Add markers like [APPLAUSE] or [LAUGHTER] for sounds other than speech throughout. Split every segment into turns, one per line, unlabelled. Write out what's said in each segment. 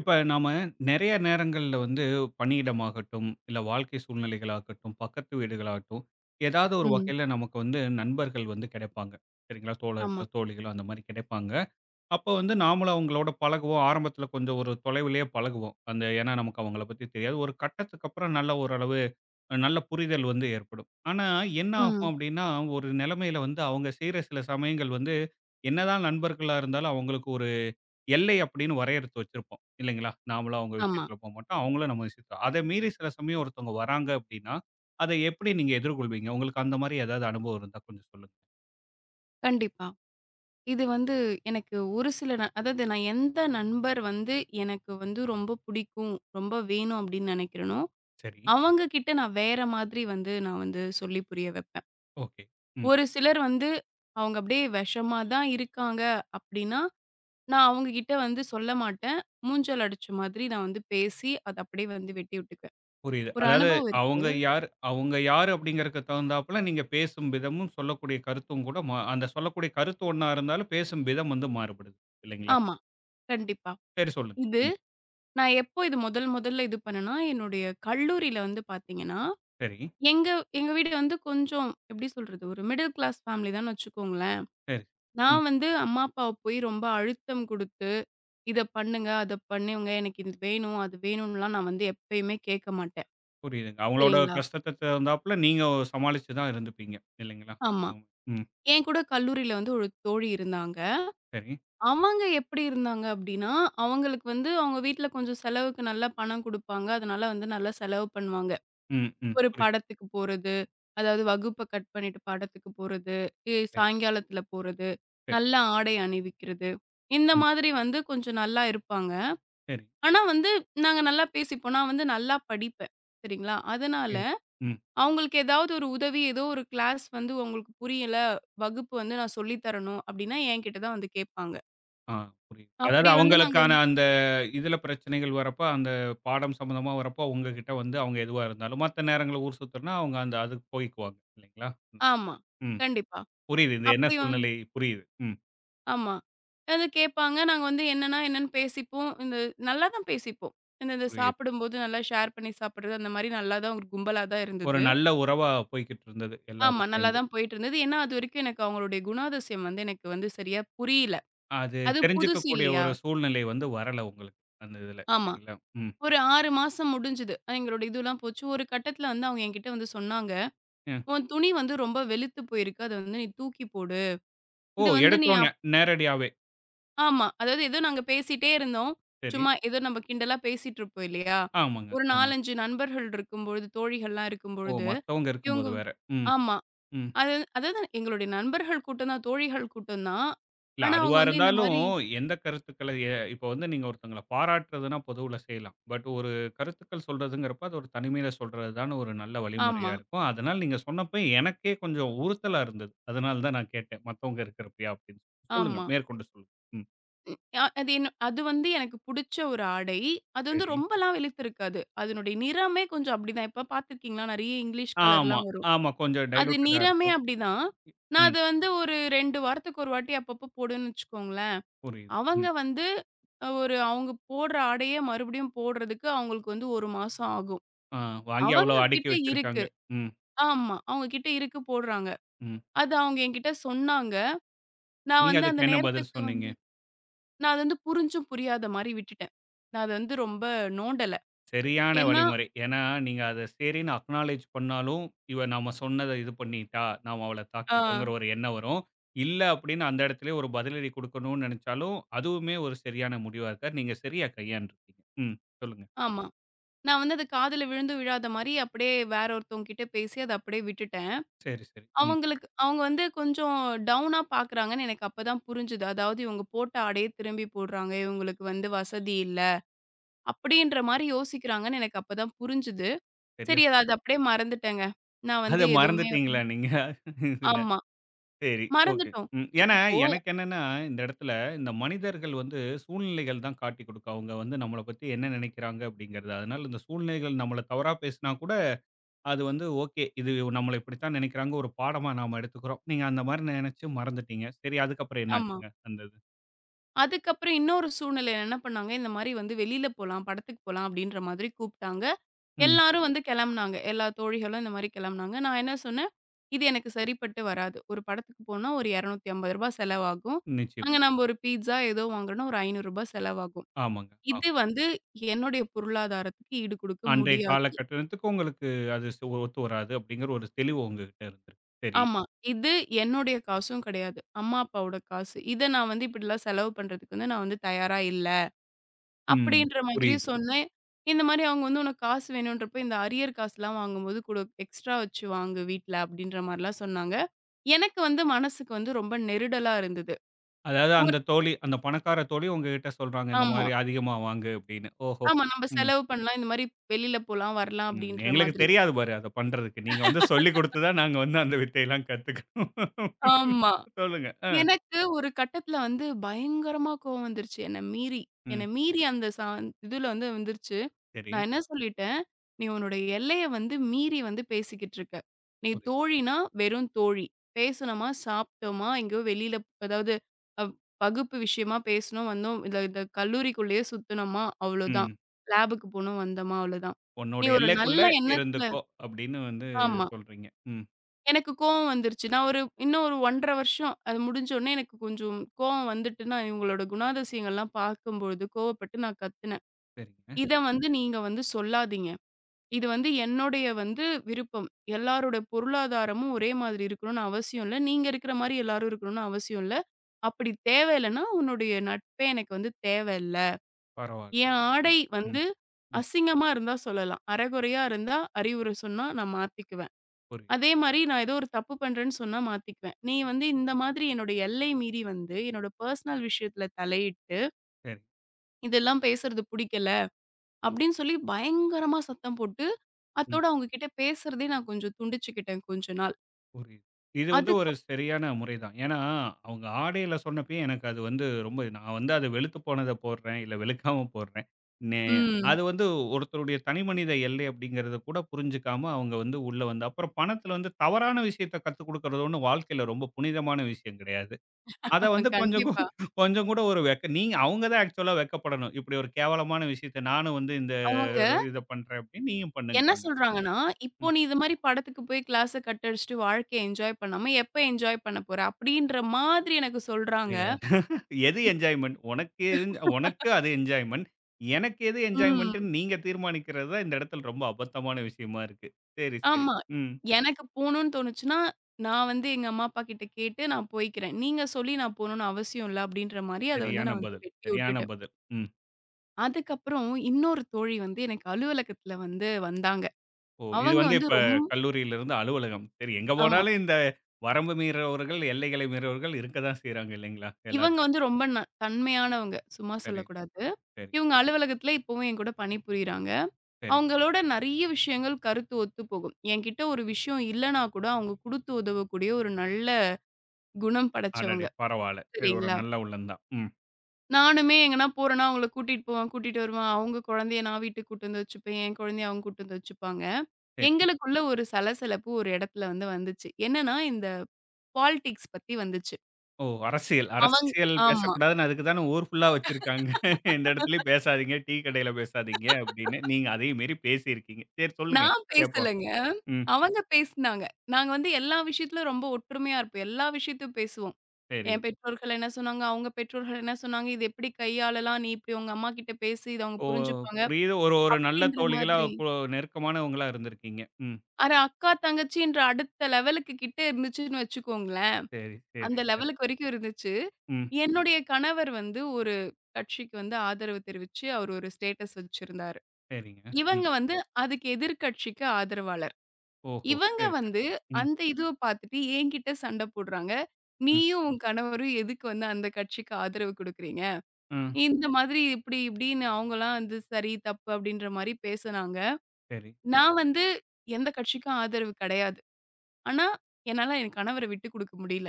இப்ப நாம நெறைய நேரங்கள்ல வந்து பணியிடமாகட்டும், இல்ல வாழ்க்கை சூழ்நிலைகளாகட்டும், பக்கத்து வீடுகளாகட்டும், ஏதாவது ஒரு
ம்.
வகையில நமக்கு வந்து நண்பர்கள் வந்து கிடைப்பாங்க. சரிங்களா? தோழர்களோ,
ஆமா.
தோழிகளோ அந்த மாரி கிடைப்பாங்க. அப்ப வந்து நாமளும் அவங்களோட பழகுவோம். ஆரம்பத்துல கொஞ்சம் ஒரு தொலைவிலேயே பழகுவோம். அந்த ஏன்னா நமக்கு அவங்கள பத்தி தெரியாது. ஒரு கட்டத்துக்கு அப்புறம் நல்ல ஓரளவு நல்ல புரிதல் வந்து ஏற்படும். ஆனா என்ன ஆகும்
ம்.
அப்டின்னா, ஒரு நிலைமையில வந்து அவங்க செய்ற சில சமயங்கள் வந்து என்னதான் நண்பர்களா இருந்தாலும் அவங்களுக்கு ஒரு எல்லை அப்படின்னு வரையறுத்து வச்சிருப்போம் இல்லைங்களா? நாமளும் அவங்க
ஆமா.
விஷயத்துல போமாட்டோம். அவங்களும் நம்ம விஷயத்துல அதை மீறி சில சமயம் ஒருத்தவங்க வராங்க அப்படின்னா, அதை எப்படி நீங்க எதிர்கொள்வீங்க? உங்களுக்கு அந்த மாரி ஏதாவது அனுபவம் இருந்தா கொஞ்சம் சொல்லுங்க.
கண்டிப்பா. இது வந்து எனக்கு ஒரு சில அதாவது நான் எந்த நண்பர் வந்து எனக்கு வந்து ரொம்ப பிடிக்கும், ரொம்ப வேணும் அப்படின்னு நினைக்கிறேனோ,
சரி.
அவங்க கிட்ட நான் வேற மாதிரி வந்து நான் வந்து சொல்லி புரிய வைப்பேன்.
ஓகே. ம்.
ஒரு சிலர் வந்து அவங்க அப்படியே விஷமா தான் இருக்காங்க அப்படின்னா, நான் அவங்க கிட்ட வந்து சொல்ல மாட்டேன். மூஞ்சல் அடிச்ச மாதிரி நான் வந்து பேசி, அத அப்படியே வந்து வெட்டி விட்டுக்குவேன்.
புரியுது.
ஒரு
அதாவது
அனுபவம் இருக்கு.
அவங்க யார் அவங்க யாரு அப்படிங்கிறதுக்கு தகுந்தாப்புல நீங்க பேசும் விதமும், சொல்லக்கூடிய கருத்தும் கூட அந்த சொல்லக்கூடிய கருத்து ஒண்ணா இருந்தாலும் பேசும் விதம் வந்து மாறுபடுது இல்லைங்களா?
ஆமா. கண்டிப்பா.
சரி சொல்லுங்க.
இது
ம்.
நான் எப்போ இது முதல் முதல்ல இது பண்ணேன்னா, என்னுடைய கல்லூரியில வந்து பார்த்தீங்கன்னா,
சரி,
எங்க எங்க வீடு வந்து கொஞ்சம் எப்படி சொல்றது? ஒரு மிடில் கிளாஸ் ஃபேமிலி தான்னு வச்சுக்கோங்களேன்.
சரி. ம்.
நான் வந்து அம்மா, அப்பாவ போய் ரொம்ப அழுத்தம் குடுத்து, "இத பண்ணுங்க, அத பண்ணுங்க. எனக்கு இது வேணும், அது வேணும்லாம்" நான் வந்து எப்பயுமே கேட்க மாட்டேன்.
புரியுதுங்க. அவங்களோட
சரிங்களா?
கஷ்டத்துக்கு தகுந்தாப்புல நீங்க சமாளிச்சு தான் இருந்துப்பீங்க இல்லைங்களா?
ஆமா.
எப்பவும். ம்.
என் கூட கல்லூரியில வந்து ஒரு தோழி இருந்தாங்க.
சரி.
அவங்க எப்படி இருந்தாங்க அப்படின்னா, அவங்களுக்கு வந்து அவங்க வீட்ல கொஞ்சம் செலவுக்கு நல்லா பணம் குடுப்பாங்க. அதனால வந்து நல்லா செலவு பண்ணுவாங்க.
ம், ம்.
ஒரு
புரியுது.
படத்துக்கு போறது. அதாவது வகுப்ப கட் பண்ணிட்டு படத்துக்கு போறது.
சரி,
சாயங்காலத்துல போறது.
சரி,
நல்ல ஆடை அணிவிக்கிறது. இந்த
புரியுது,
மாதிரி வந்து கொஞ்சம் நல்லா இருப்பாங்க.
சரி,
ஆனா வந்து நாங்க நல்லா பேசிப்போம். நான் வந்து நல்லா படிப்பேன். சரிங்களா? அதனால
புரியுது. ம்.
அவங்களுக்கு ஏதாவது ஒரு உதவி, ஏதோ ஒரு கிளாஸ் வந்து உங்களுக்கு புரியல, வகுப்பு வந்து நான் சொல்லி தரணும் அப்டின்னா, என்கிட்ட தான் வந்து கேட்பாங்க.
ஆ புரியுது. அதாவது
அப்டி வந்து நாங்க
அவங்களுக்கான
வந்து-
அந்த இதில பிரச்சனைகள் வரப்ப, அந்த பாடம் சம்மந்தமா வரப்போ, உங்ககிட்ட வந்து அவங்க எதுவா இருந்தாலும், மத்த நேரங்கள்ல ஊர் சுத்துறனா, அவங்க அந்த அதுக்கு போய்க்குவாங்க இல்லைங்களா?
ஆமா.
ம்.
கண்டிப்பா.
புரியுது. இந்த என்ன
அப்டி வந்
சூழ்நிலை புரியுது. ம்.
ஆமா. அது கேட்பாங்க. நாங்க வந்து என்னன்னா என்னன்னு பேசிப்போம். இந்த நல்லா தான் பேசிப்போம். இந்த இந்த
புரியுது.
சாப்பிடும்போது நல்லா ஷேர் பண்ணி சாப்பிடுறது, அந்த மாரி நல்லா தான் ஒரு கும்பலா தான்
ஒரு
இருந்தது.
நல்ல உறவா போய்க்கிட்டு இருந்தது
ஆமா.
எல்லாரும்
நல்லா
சேர்ந்து.
தான் போயிட்டு இருந்தது. ஏன்னா, அதுவரைக்கும் எனக்கு அவங்களுடைய குணாதிசயம் வந்து எனக்கு வந்து சரியா புரியல.
அது
அது புதுசு
தெரிஞ்சுக்கக்கூடிய
இல்லையா?
ஒரு சூழ்நிலை வந்து வரல உங்களுக்கு. அந்த இதுல
ஆமா.
சரிங்களா? ம்.
ஒரு 6 மாசம் முடிஞ்சுது. எங்களோட இதுலாம் போச்சு. ஒரு கட்டத்துல வந்து அவங்க என்கிட்ட வந்து சொன்னாங்க,
அ.
"உன் துணி வந்து ரொம்ப வெளுத்து போயிருக்கு. அத வந்து நீ தூக்கி போடு.
ஓ!
இது வந்து நீ
எடுத்தோனே நேரடியாவே.
ஆமா. அதாவது ஏதோ நாங்க பேசிட்டே இருந்தோம்.
சரி.
சும்மா ஏதோ நம்ம கிண்டலா பேசிட்டு இருப்போம் இல்லையா?
ஆமாங்க.
ஒரு
ஆமா.
4, 5 நண்பர்கள் இருக்கும்பொழுது, தோழிகள்லாம்
ஓ!
இருக்கும்பொழுது,
மத்தவங்க
இவங்க
இருக்கும்போது வேற. ம்,
ஆமா.
ம்.
அது அதாவது எங்களுடைய நண்பர்கள் கூட்டம் தான், தோழிகள் கூட்டம் தான்.
இல்ல
ஆனா, அவங்க
அதுவா
வந்து இந்த
இருந்தாலும்,
மாரி
எந்த கருத்துக்கள இப்போ வந்து நீங்க ஒருத்தங்கள பாராட்டுறதுன்னா பொதுவுல செய்யலாம். பட் ஒரு கருத்துக்கள் சொல்றதுங்கிறப்ப, அது ஒரு தனிமையில சொல்றது தான ஒரு நல்ல வழிமுறையா
ஆமா,
இருக்கும். அதனால நீங்க சொன்னப்ப எனக்கே கொஞ்சம் உறுத்தலா இருந்தது. அதனால தான் நான் கேட்டேன். மத்தவங்க இருக்கிறப்பயா அப்படின்னு. சொல்லுங்க.
ஆமா.
மேற்கொண்டு சொல்லுங்க. ம்.
அ அது என்ன அது வந்து எனக்கு புடிச்ச ஒரு ஆடை. அது வந்து
சரி.
ரொம்பலாம் வெளுத்திருக்காது. அதனுடைய நிறமே கொஞ்சம் அப்படிதான். இப்ப பார்த்துருக்கீங்களா? நெறைய இங்கிலீஷ்
ஆமா,
கலர்லாம் வரும்.
ஆமா. கொஞ்சம்
அது
டைலூட்டடா
நிறமே
இருக்கும்.
அப்படிதான். நான்
ம்.
அத வந்து ஒரு 2 வாரத்துக்கு ஒரு வாட்டி அப்பப்போ போடுவேன்னு வச்சுக்கோங்களேன்.
புரியுது.
அவங்க
ம்.
வந்து ஒரு அவங்க போடுற ஆடையே மறுபடியும் போடுறதுக்கு அவங்களுக்கு வந்து 1 மாசம் ஆகும்.
ஆ வாங்கி அவ்வளோ
அவங்க
அடுக்கி
கிட்ட
வச்சிருக்காங்க.
இருக்கு.
ம்,
ஆமா. அவங்க கிட்ட இருக்கு போடுறாங்க.
ம்.
அது அவங்க என்கிட்ட சொன்னாங்க. நான்
நீங்க
வந்து அந்த
அதுக்கு என்ன பதில்
நேரத்துக்கு
சொன்னீங்க?
வந்து நான் அது வந்து புரிஞ்சும் புரியாத மாரி விட்டுட்டேன். நான் அத வந்து ரொம்ப நோண்டல.
சரியான
ஏன்னா
வழிமுறை. ஏன்னா, நீங்க அத சரின்னு அக்னாலெட்ஜ் பண்ணாலும், இவ நம்ம சொன்னத இது பண்ணிட்டா, நாம அவள
ஆ
தாக்கிட்டோங்கிற ஒரு எண்ணம் வரும். இல்ல அப்படின்னு அந்த இடத்திலேயே ஒரு பதிலடி குடுக்கணும்னு நெனச்சாலும், அதுவுமே ஒரு சரியான முடிவா இருக்காது. நீங்க சரியா கையாண்டுருக்கீங்க. ம். சொல்லுங்க.
ஆமா. நான் வந்து அது காதுல விழுந்தும் விழாத மாரி அப்படியே வேற ஒருத்தவங்க கிட்ட பேசி அத அப்படியே விட்டுட்டேன்.
சரி, சரி. ம்.
அவங்களுக்கு அவங்க வந்து கொஞ்சம் டவுனா பார்க்குறாங்கன்னு எனக்கு அப்பதான் புரிஞ்சுது. அதாவது இவங்க போட்ட ஆடையே திரும்பி போடுறாங்க. இவங்களுக்கு வந்து வசதி இல்ல. அப்படின்ற மாரி யோசிக்கிறாங்கன்னு எனக்கு அப்பதான் புரிஞ்சுது.
சரியா
சரி
சொன்னீங்க.
அது அப்படியே மறந்துட்டேங்க. நான் வந்து
அத
எதுவுமே
மறந்துட்டீங்களா நீங்க? இதுல.
ஆமா.
சரி. ஓகே.
மறந்துட்டோம்.
ம். ஏன்னா,
இப்போ
எனக்கு என்னன்னா, இந்த இடத்துல இந்த மனிதர்கள் வந்து சூழ்நிலைகள் தான் காட்டிக் குடுக்கும். அவங்க வந்து நம்மள பத்தி என்ன நெனைக்கிறாங்க அப்படிங்கிறது. அதனால இந்த சூழ்நிலைகள் நம்மள தவறா பேசினா கூட அது வந்து ஓகே. இது நம்மள இப்படித்தான் நினைக்கிறாங்க. ஒரு பாடமா நாம எடுத்துக்கிறோம். நீங்க அந்த மாரி நினைச்சு மறந்துட்டீங்க. சரி அதுக்கப்புறம் என்ன
ஆமா.
ஆச்சுங்க? அந்த இது.
அதுக்கப்புறம் இன்னொரு சூழ்நிலையில என்ன பண்ணாங்க, இந்த மாரி வந்து வெளியில போலாம், படத்துக்கு போலாம் அப்படின்ற மாதிரி கூப்பிட்டாங்க.
ம்.
எல்லாரும் வந்து கிளம்புனாங்க. எல்லா தோழிகளும் இந்த மாரி கிளம்புனாங்க. நான் என்ன சொன்னேன், "இது எனக்கு சரிப்பட்டு வராது. ஒரு படத்துக்கு போனா ஒரு ரூ. 250 செலவாகும்.
நிச்சயம்.
அங்க நம்ம ஒரு பீட்ஸா ஏதோ வாங்குறோம்னா ஒரு ரூ. 500 செலவாகும்.
ஆமாங்க. ஆ.
இது வந்து என்னுடைய பொருளாதாரத்துக்கு ஈடு கொடுக்க
அன்றைய
முடியாது."
காலகட்டத்துக்கு உங்களுக்கு அது ஒத்து வராது அப்படிங்கிற ஒரு தெளிவு உங்ககிட்ட இருந்திருக்கு. சரி.
ஆமா. "இது என்னுடைய காசும் கிடையாது. அம்மா, அப்பாவோட காசு. இத நான் வந்து இப்படிலாம் செலவு பண்றதுக்கு வந்து நான் வந்து தயாரா இல்ல."
ம்.
அப்படின்ற மாதிரி
புரியுது.
சொன்னேன். இந்த மாரி அவங்க வந்து "உனக்கு காசு வேணுன்றப்ப இந்த அரியர் காசுலாம் வாங்கும்போது குடு. எக்ஸ்ட்ரா வச்சு வாங்கு வீட்ல." அப்படின்ற மாரிலாம் சொன்னாங்க. எனக்கு வந்து மனசுக்கு வந்து ரொம்ப நெருடலா இருந்தது.
அதாவது
ஒரு
அந்த தோழி அந்த பணக்கார தோழி உங்ககிட்ட சொல்றாங்க இந்த
ஆமா,
மாரி அதிகமா வாங்கு அப்படின்னு. ஓஹோ!
ஆமா. நம்ம
ம்.
செலவு பண்ணலாம். இந்த மாரி வெளியில போலாம், வரலாம்
ம்.
அப்படின்ற
எங்களுக்கு
மாதிரி.
தெரியாது பாரு அத பண்றதுக்கு. நீங்க வந்து சொல்லிக் குடுத்து தான் நாங்க வந்து அந்த வித்தையெல்லாம் கத்துக்கணும்.
ஆமா.
சொல்லுங்க. ஆ.
எனக்கு ஒரு கட்டத்துல வந்து பயங்கரமா கோவம் வந்துருச்சு. என்ன
ம்.
மீறி அந்த இதுல வந்து வந்துருச்சு.
சரி.
நான் என்ன சொல்லிட்டேன், "நீ உன்னோட எல்லைய வந்து மீறி வந்து பேசிக்கிட்டு இருக்க. நீ
புரியுது.
தோழினா வெறும் தோழி. பேசுனோமா, சாப்பிட்டோமா, எங்கேயோ வெளியில அதாவது அ வகுப்பு விஷயமா பேசினோம், வந்தோம். இல்ல இந்த கல்லூரிக்குள்ளேயே சுத்துனோமா, அவ்வளோதான்.
ம்.
லேபுக்கு போனோம், வந்தோமா, அவ்வளோதான்.
உன்னோட
நீ ஒரு
எல்லைக்குள்ள
நல்ல எண்ணத்துல"
இருந்துக்கோ! அப்படின்னு வந்து
ஆமா.
சொல்றீங்க. ம்.
எனக்கு கோவம் வந்துருச்சு. நான் ஒரு இன்னும் ஒரு 1 1/2 வருஷம் அது முடிஞ்சோனே எனக்கு கொஞ்சம் கோவம் வந்துட்டு, நான் இவங்களோட குணாதிசயங்கள்லாம் பார்க்கும்பொழுது கோவப்பட்டு நான் கத்துனேன்.
சரிங்க.
இத வந்து நீங்க வந்து சொல்லாதீங்க. இது வந்து என்னுடைய வந்து விருப்பம். எல்லாரோட பொருளாதாரமும் ஒரே மாதிரி இருக்கணும்னு அவசியம் இல்ல. நீங்க இருக்கிற மாரி எல்லாரும் இருக்கணும்னு அவசியம் இல்ல. அப்படி தேவையில்லன்னா, உன்னுடைய நட்பே எனக்கு வந்து தேவையில்ல.
பரவால்ல.
என்
ம்.
ஆடை
ம்.
வந்து
ம்.
அசிங்கமா இருந்தா சொல்லலாம். அரைகுறையா இருந்தா அறிவுரை சொன்னா நான் மாத்திக்குவேன்.
புரியுது.
அதே மாரி நான் ஏதோ ஒரு தப்பு பண்றேன்னு சொன்னா மாத்திக்குவேன். நீ வந்து இந்த மாதிரி என்னோட எல்லை மீறி வந்து என்னோட பெர்சனல் விஷயத்துல தலையிட்டு,
சரி.
இதெல்லாம் பேசுறது புடிக்கல அப்படின்னு சொல்லி பயங்கரமா சத்தம் போட்டு,
ம்.
அத்தோட அவங்க கிட்ட பேசுறதே நான் கொஞ்சம் துண்டிச்சுக்கிட்டேன் கொஞ்ச நாள்.
புரியுது. இது வந்து ஒரு
அதுக்கப்
சரியான முறை தான். ஏன்னா, அவங்க ஆடையில சொன்னப்பயே எனக்கு அது வந்து ரொம்ப நான் வந்து அது வெளுத்து போனத போடுறேன், இல்ல வெளுக்காம போடுறேன். நே
ம்.
அது வந்து ஒருத்தருடைய தனிமனித எல்லை அப்படிங்கிறத கூட புரிஞ்சுக்காம அவங்க வந்து உள்ள வந்து அப்புறம் பணத்தில வந்து தவறான விஷயத்த கத்துக் குடுக்கறது ஒண்ணும் வாழ்க்கையில ரொம்ப புனிதமான விஷயம் கிடையாது. அத
[LAUGHS]
வந்து கொஞ்சம்
கண்டிப்பா.
கொஞ்சம் கூட ஒரு நீங்க அவங்க தான் ஆக்சுவலா வெட்கப்படணும். இப்படி ஒரு கேவலமான விஷயத்த நானும் வந்து இந்த
அவங்க
ஒரு இத பண்றேன் அப்படின்னு நீயும்
என்ன
பண்ணுங்கறாங்க.
சொல்றாங்கன்னா, இப்போ
ம்.
நீ இது மாரி படத்துக்கு போய் கிளாஸ கட் அடிச்சுட்டு வாழ்க்கைய என்ஜாய் பண்ணாம எப்ப என்ஜாய் பண்ண போற? அப்படின்ற மாதிரி எனக்கு சொல்றாங்க.
இல்ல. எது என்ஜாய்மென்ட்? உனக்கு எது உனக்கு அது என்ஜாய்மென்ட். எனக்கு எது
ம்.
என்ஜாய்மென்ட்ன்னு நீங்க தீர்மானிக்கிறது தான் இந்த இடத்துல ரொம்ப அபத்தமான விஷயமா இருக்கு. சரி, சரி.
ஆமா.
ம்.
எனக்கு போணும்னு தோணுச்சுன்னா, நான் வந்து எங்க அம்மா, அப்பா கிட்ட கேட்டு நான் போய்க்கிறேன். நீங்க சொல்லி நான் போணும்னு அவசியம் இல்ல அப்டின்ற மாரி அத வந்து
சரியான
நான் வந்து
பதில்,
வெட்டி
சரியான
விட்டுட்டேன்.
பதில். ம்.
அதுக்கப்புறம் இன்னொரு தோழி வந்து எனக்கு அலுவலகத்துல வந்து வந்தாங்க.
ஓ! இது
அவங்க
வந்து
வந்து
இப்ப கல்லூரியிலிருந்து அலுவலகம். சரி எங்க
ஆமா.
போனாலும் இந்த வரம்பு மீறுறவர்கள், எல்லைகளை மீறுறவர்கள் இருக்க தான் செய்றாங்க இல்லைங்களா? எல்லா
இவங்க வந்து ரொம்ப ந தன்மையானவங்க. சும்மா
சரி,
சொல்லக்கூடாது.
சரி,
இவங்க அலுவலகத்துல இப்பவும் என் கூட பணிபுரியிறாங்க.
சரி.
அவங்களோட நெறைய விஷயங்கள் கருத்து ஒத்துப்போகும். என்கிட்ட ஒரு விஷயம் இல்லன்னா கூட அவங்க குடுத்து உதவக்கூடிய ஒரு நல்ல குணம் படைச்சவங்க.
அடடே! பரவால்ல. சரி ஒரு
சரிங்களா?
நல்ல உள்ளம் தான். ம்.
நானுமே எங்கன்னா போறேன்னா, அவங்கள கூட்டிட்டு போவேன், கூட்டிட்டு வருவேன். அவங்க குழந்தைய நான் வீட்டுக்கு கூட்டு வந்து வச்சுப்பேன். என் குழந்தைய அவங்க கூட்டு வந்து வச்சுப்பாங்க.
சரி.
எங்களுக்குள்ள ஒரு சலசலப்பு ஒரு இடத்துல வந்து வந்துச்சு. என்னன்னா, இந்த பாலிடிக்ஸ் பத்தி வந்துச்சு.
ஓ! அரசியல்,
அவங்
அரசியல்
ஆமா.
பேசக்கூடாதுன்னு அதுக்கு தானே ஊர் ஃபுல்லா வச்சிருக்காங்க. எந்த இடத்துலயும் பேசாதீங்க, டீ கடையில பேசாதீங்க அப்படின்னு. நீங்க அதையும் மீறி பேசியிருக்கீங்க. சரி சொல்லுங்க
நான்
கேட்போம்.
பேசலங்க.
ம்.
அவங்க பேசுனாங்க. நாங்க வந்து எல்லா விஷயத்திலும் ரொம்ப ஒற்றுமையா இருப்போம். எல்லா விஷயத்தையும் பேசுவோம்.
சரி.
என் பெற்றோர்கள் என்ன சொன்னாங்க, அவங்க பெற்றோர்கள் என்ன சொன்னாங்க, "இது எப்படி கையாளலாம்? நீ இப்படி உங்க அம்மா கிட்ட பேசு. இத அவங்க
ஓ!
புரிஞ்சுப்பாங்க."
புரியுது. ஒரு ஒரு நல்ல
அப்படின்ற
தோழிகளா
மாதிரி.
நெருக்கமானவங்களா இருந்திருக்கீங்க. ம்.
அக்கா, தங்கச்சின்ற அடுத்த லெவலுக்கு கிட்ட இருந்துச்சுன்னு வச்சுக்கோங்களேன்.
சரி, சரி,
அந்த
சரி.
லெவலுக்கு வரைக்கும் இருந்துச்சு.
ம்.
என்னுடைய கணவர் வந்து ஒரு கட்சிக்கு வந்து ஆதரவு தெரிவிச்சு, அவர் ஒரு ஸ்டேட்டஸ் வச்சிருந்தாரு.
சரிங்க.
இவங்க
ம்.
வந்து அதுக்கு எதிர்க்கட்சிக்கு ஆதரவாளர்.
ஓஹோ!
இவங்க
சரி, சரி.
வந்து
ம்,
அந்த இதுவ பார்த்துட்டு என்கிட்ட சண்ட போடுறாங்க.
ம்,
"நீயும், உன் கணவரும் எதுக்கு வந்து அந்த கட்சிக்கு ஆதரவு குடுக்குறீங்க?
ம்.
இந்த மாதிரி இப்டி இப்டின்னு" அவங்கலாம் வந்து சரி, தப்பு அப்டின்ற மாரி பேசுனாங்க.
சரி.
நான் வந்து எந்த கட்சிக்கும் ஆதரவு கெடையாது. ஆனா, என்னால என் கணவர விட்டு குடுக்க முடியல.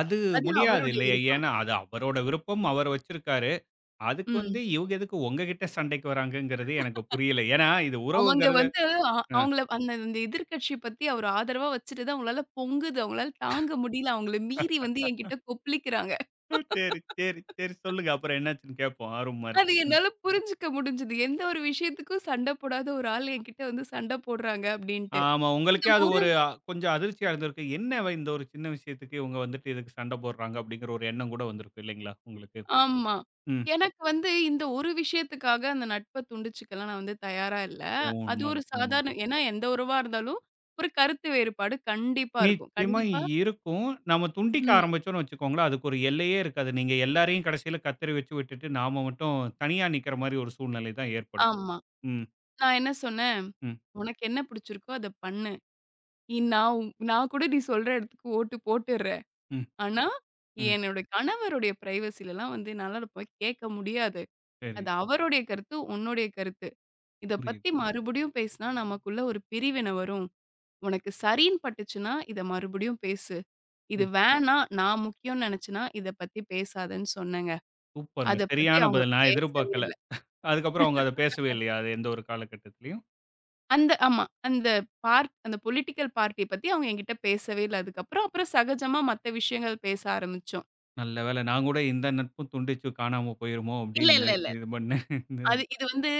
அது
அது
முடியாது
அவருடைய
இல்லையா?
விருப்பம்.
ஏன்னா அது அவரோட விருப்பம். அவர் வச்சிருக்காரு. அதுக்கு வந்து
ம்.
இவங்க எதுக்கு உங்ககிட்ட சண்டைக்கு வராங்கங்கிறது எனக்கு புரியல. ஏன்னா இது
அவங்க
உறவுங்கிறது
வந்து அ
அ
அவங்கள அந்த அந்த எதிர்க்கட்சி பத்தி அவரு ஆதரவா வச்சுட்டு தான் அவங்களால பொங்குது. அவங்களால தாங்க முடியல. அவங்கள மீறி வந்து என்கிட்ட கொப்பளிக்கிறாங்க.
சரி, சரி, சரி சொல்லுங்க. அப்புறம் என்னாச்சுன்னு கேட்போம். ஆர்வமா இருக்கு.
அது
ம்.
என்னால புரிஞ்சுக்க முடிஞ்சது. எந்த ஒரு விஷயத்துக்கும் சண்ட போடாத ஒரு ஆள் என்கிட்ட வந்து சண்ட போடுறாங்க அப்டின்ட்டு.
ஆமா
இந்த
உங்களுக்கே அது
ஒரு
ஒரு கொஞ்சம் அதிர்ச்சியா இருந்திருக்கு. என்ன இந்த ஒரு சின்ன விஷயத்துக்கு இவங்க வந்துட்டு இதுக்கு சண்டை போடுறாங்க அப்படிங்கிற ஒரு எண்ணம் கூட வந்திருக்கும் இல்லைங்களா உங்களுக்கு?
ஆமா.
ம்.
எனக்கு வந்து இந்த ஒரு விஷயத்துக்காக அந்த நட்ப துண்டிச்சுக்கலாம் நான் வந்து தயாரா இல்ல.
ஓ!
அது ஒரு
உண்மதான், உண்மதான்.
சாதாரண ஏன்னா எந்த உறவா இருந்தாலும் ஒரு கருத்து வேறுபாடு கண்டிப்பா இருக்கும்.
நிச்சயமா
கண்டிப்பா
இருக்கும். நம்ம துண்டிக்க
ம்.
ஆரம்பிச்சோம்னு வச்சுக்கோங்களேன், அதுக்கு ஒரு எல்லையே இருக்காது. நீங்க எல்லாரையும் கடைசியில கத்தரி வச்சு விட்டுட்டு, நாம மட்டும் தனியா நிக்கிற மாரி ஒரு சூழ்நிலை தான் ஏற்படும்.
ஆமா.
ம்,
நான் என்ன சொன்னேன்,
ம்,
"உனக்கு என்ன புடிச்சிருக்கோ அத பண்ணு. இ நான் உ நான் கூட நீ சொல்ற இடத்துக்கு ஓட்டு போட்டுர்றேன்.
ம்,
ஆனா,
ம்.
என்னோட கணவருடைய பிரைவசிலலாம் வந்து என்னால அத போய் கேட்க முடியாது.
சரி.
அது அவருடைய கருத்து, உன்னுடைய கருத்து. இத
புரியுது.
பத்தி மறுபடியும் பேசினா நமக்குள்ள ஒரு பிரிவினை வரும். உனக்கு சரின்னு பட்டுச்சுன்னா, இத மறுபடியும் பேசு. இது
ம்.
வேணாம், நான் முக்கியம்னு நெனச்சன்னா, இத பத்தி பேசாதன்னு" சொன்னேங்க.
சூப்பருங்க.
அத பத்தி
சரியான
அவங்க
பதில். நான்
பேசவே
எதிர்பார்க்கல.
இல்ல.
அதுக்கப்புறம் அவங்க அத பேசவே இல்லையா? அது எந்த ஒரு காலகட்டத்திலயும்?
அந்த ஆமா. அந்த பார்ட் அந்த பொலிட்டிக்கல் பார்ட்டி பத்தி அவங்க என்கிட்ட பேசவே இல்ல அதுக்கப்புறம். அப்புறம் சகஜமா மத்த விஷயங்கள் பேச ஆரம்பிச்சோம்.
நல்ல வேளை நான் கூட இந்த நட்பும் துண்டிச்சு காணாம போயிருமோ!
இல்ல,
அப்படின்னு
இல்ல,
நினைச்சு
இல்ல.
இது பண்ணேன். இந்த
அது
இதுல.
இது வந்து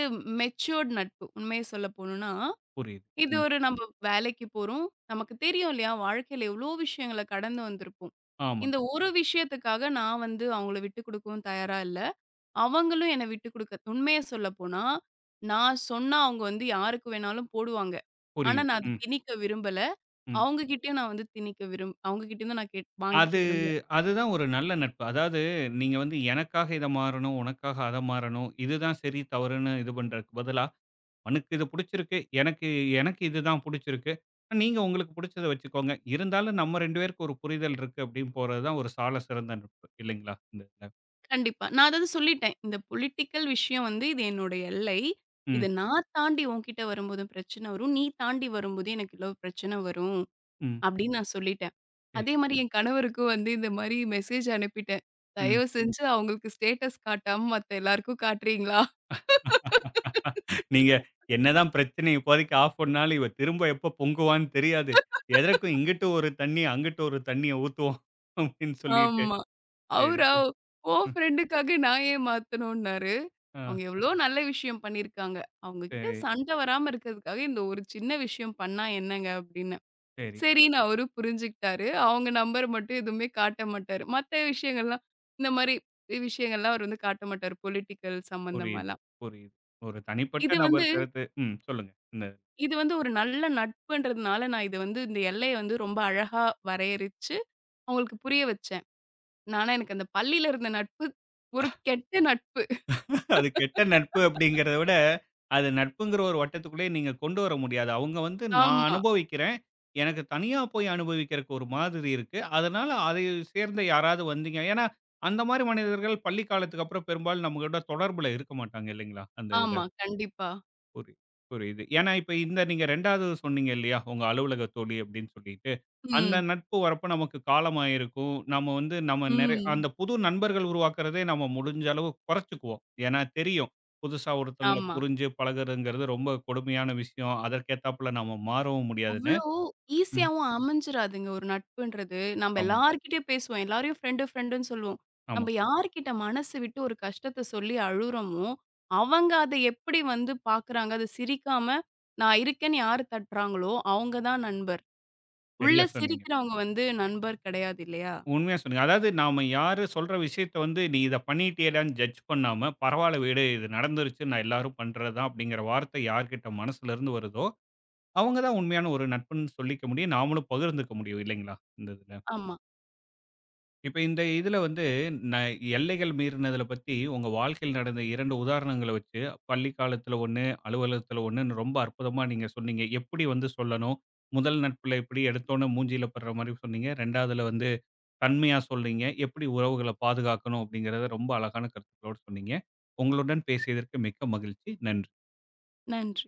மெச்சூர்ட் நட்பு. உண்மைய சொல்ல போணும்னா,
புரியுது.
இது
ம்.
ஒரு நம்ம வேலைக்கு போறோம். நமக்கு தெரியும் இல்லையா? வாழ்க்கையில எவ்ளோ விஷயங்கள கடந்து வந்திருப்போம்.
ஆமாங்க.
இந்த ஒரு விஷயத்துக்காக நான் வந்து அவங்கள விட்டு குடுக்கவும் தயாரா இல்ல. அவங்களும் என்ன விட்டு குடுக்க உண்மைய சொல்ல போனா, நான் சொன்னா அவங்க வந்து யாருக்கு வேணாலும் போடுவாங்க. ஆனா
புரியுது.
நான் அத
ம்.
திணிக்க விரும்பல.
ம்.
அவங்க கிட்டயும் நான் வந்து திணிக்க அவங்க கிட்டேருந்து நான் கேட் வாங்கிக்க
அது
விரும்பல.
அதுதான் ஒரு நல்ல நட்பு. அதாவது நீங்க வந்து எனக்காக இத மாறணும், உனக்காக அத மாறணும். இதுதான் சரி, தவறுன்னு இது பண்றதுக்கு பதிலா "உனக்கு இது புடிச்சிருக்கு. எனக்கு எனக்கு இதுதான் புடிச்சிருக்கு. நீங்க உங்களுக்கு புடிச்சத வச்சுக்கோங்க. இருந்தாலும் நம்ம 2 பேருக்கு ஒரு புரிதல் இருக்கு." அப்படின்னு போறது தான் ஒரு சால சிறந்த நட்பு இல்லைங்களா? இந்த இதுல.
கண்டிப்பா. நான் அதாவது சொல்லிட்டேன். இந்த பொலிட்டிக்கல் விஷயம் வந்து இது என்னோட எல்லை.
ம்,
இத நான் தாண்டி உன்கிட்ட வரும்போது பிரச்சனை வரும். நீ தாண்டி வரும்போது எனக்கு இவ்ளோ பிரச்சனை வரும்.
ம்.
அப்படின்னு நான் சொல்லிட்டேன்.
சரி.
அதே மாரி என் கணவருக்கும் வந்து இந்த மாரி மெசேஜ் அனுப்பிட்டேன்.
ம்.
தயவு செஞ்சு அவங்களுக்கு ஸ்டேட்டஸ் காட்டாம மத்த எல்லாருக்கும் காட்டுறீங்களா?
நீங்க என்னதான் பிரச்சனை இப்போதைக்கு ஆஃப் பண்ணாலும், இவ திரும்ப எப்ப பொங்குவான்னு தெரியாது. எதற்கும் இங்கிட்டு ஒரு தண்ணி, அங்கிட்டு ஒரு தண்ணிய ஊத்துவோம் [LAUGHS] அப்படின்னு சொல்லிட்டு.
ஆமா.
சரி,
அவரா
சரி.
உன்
ம்.
ஃப்ரெண்டுக்காக நான் ஏன் மாத்தணும்னாரு.
ஆ.
அவங்க எவ்ளோ நல்ல விஷயம் பண்ணியிருக்காங்க. அவங்க கிட்ட
சரி,
சண்ட வராம இருக்கிறதுக்காக இந்த ஒரு சின்ன விஷயம் பண்ணா என்னங்க அப்படின்னு.
சரி.
சரின்னு அவரும் புரிஞ்சுக்கிட்டாரு. அவங்க நம்பர் மட்டும் எதுவுமே காட்ட மாட்டாரு. மத்த விஷயங்கள்லாம் இந்த மாரி விஷயங்கள்லாம் அவர் வந்து காட்ட மாட்டாரு. பொலிட்டிக்கல்
புரியுது,
சம்பந்தமாலாம்.
புரியுது. ஒரு தனிப்பட்ட
இது வந்து
நபர் கருத்து ம். சொல்லுங்க. இந்த
இது வந்து ஒரு நல்ல நட்புன்றதுனால நான் இத வந்து இந்த எல்லைய வந்து ரொம்ப அழகா வரையறிச்சு அவங்களுக்கு புரிய வச்சேன். ஆனா, எனக்கு அந்த பள்ளியில இருந்த நட்பு, ஒரு கெட்ட நட்பு.
அது கெட்ட நட்பு அப்படிங்கிறத விட, அது நட்புங்கிற ஒரு வட்டத்துக்குள்ளயே நீங்க கொண்டு வர முடியாது. அவங்க வந்து நான்
ஆமா,
அனுபவிக்கிறேன். எனக்கு தனியா போய் அனுபவிக்கிறக்கு ஒரு மாதிரி இருக்கு. அதனால அதை சேர்ந்த யாராவது வந்தீங்க ஏன்னா, அந்த மாரி மனிதர்கள் பள்ளி காலத்துக்கு அப்புறம் பெரும்பாலும் நம்மகிட்ட தொடர்புல இருக்க மாட்டாங்க இல்லைங்களா? அந்த இதுல.
ஆமா. கண்டிப்பா.
புரி புரியுது. ஏன்னா, இப்ப இந்த நீங்க 2வது சொன்னீங்க இல்லையா? உங்க அலுவலக தோழி அப்படின்னு சொல்லிட்டு. அந்த
ம்.
நட்பு வரப்ப நமக்கு காலமாயிருக்கும். நம்ம வந்து நம்ம நிறை
ம்.
அந்த புது நண்பர்கள் உருவாக்குறதே நம்ம முடிஞ்ச அளவு குறைச்சுக்குவோம். ஏன்னா தெரியும். புதுசா ஒருத்தவங்கள
ஆமா.
புரிஞ்சு பழகுறதுங்கிறது ரொம்ப கொடுமையான விஷயம். அதற்கேத்தாப்புல நம்ம மாறவும் முடியாதுன்னு.
அவ்ளோ
ம்.
ஈஸியாவும் அமைஞ்சிராதுங்க ஒரு நட்புன்றது. நம்ம
ஆமா,
எல்லார்கிட்டயும் பேசுவோம். எல்லாரையும் ஃப்ரெண்டு, ஃப்ரெண்டுன்னு சொல்லுவோம்.
ஆமா.
நம்ம யார்கிட்ட மனசு விட்டு ஒரு கஷ்டத்த சொல்லி அழுறோமோ, அவங்க அத எப்படி வந்து பாக்குறாங்க, அது சிரிக்காம, நான் இருக்கேன்னு யாரு தட்டுறாங்களோ, அவங்க தான் நண்பர். உள்ள
சரியா சொன்னீங்க.
சிரிக்கிறவங்க வந்து நண்பர் கிடையாது இல்லையா?
உண்மையா சொன்னீங்க. அதாவது நாம யாரு சொல்ற விஷயத்த வந்து, "நீ இத பண்ணிட்டியேடான்னு" ஜட்ஜ் பண்ணாம, "பரவால்ல விடு, இது நடந்துருச்சு. நான் எல்லாரும் பண்றது தான்." அப்படிங்கிற வார்த்தை யார்கிட்ட மனசுலருந்து வருதோ, அவங்க தான் உண்மையான ஒரு நட்புன்னு சொல்லிக்க முடியும். நாமளும் பகிர்ந்துக்க முடியும் இல்லைங்களா? இந்த இதுல.
ஆமா.
இப்ப இந்த இதுல வந்து ந எல்லைகள் மீறினதுல பத்தி உங்க வாழ்க்கையில் நடந்த 2 உதாரணங்கள வச்சு, பள்ளி காலத்துல 1, அலுவலகத்துல 1ன்னு ரொம்ப அற்புதமா நீங்க சொன்னீங்க. எப்படி வந்து சொல்லணும்? முதல் நட்புல எப்படி எடுத்தோனே மூஞ்சில படுற மாரி சொன்னீங்க. 2வதுல வந்து தன்மையா சொன்னீங்க. எப்படி உறவுகள பாதுகாக்கணும் அப்படிங்கிறத ரொம்ப அழகான கருத்துக்களோடு சொன்னீங்க. உங்களுடன் பேசியதற்கு மிக்க மகிழ்ச்சி. நன்றி.
நன்றி.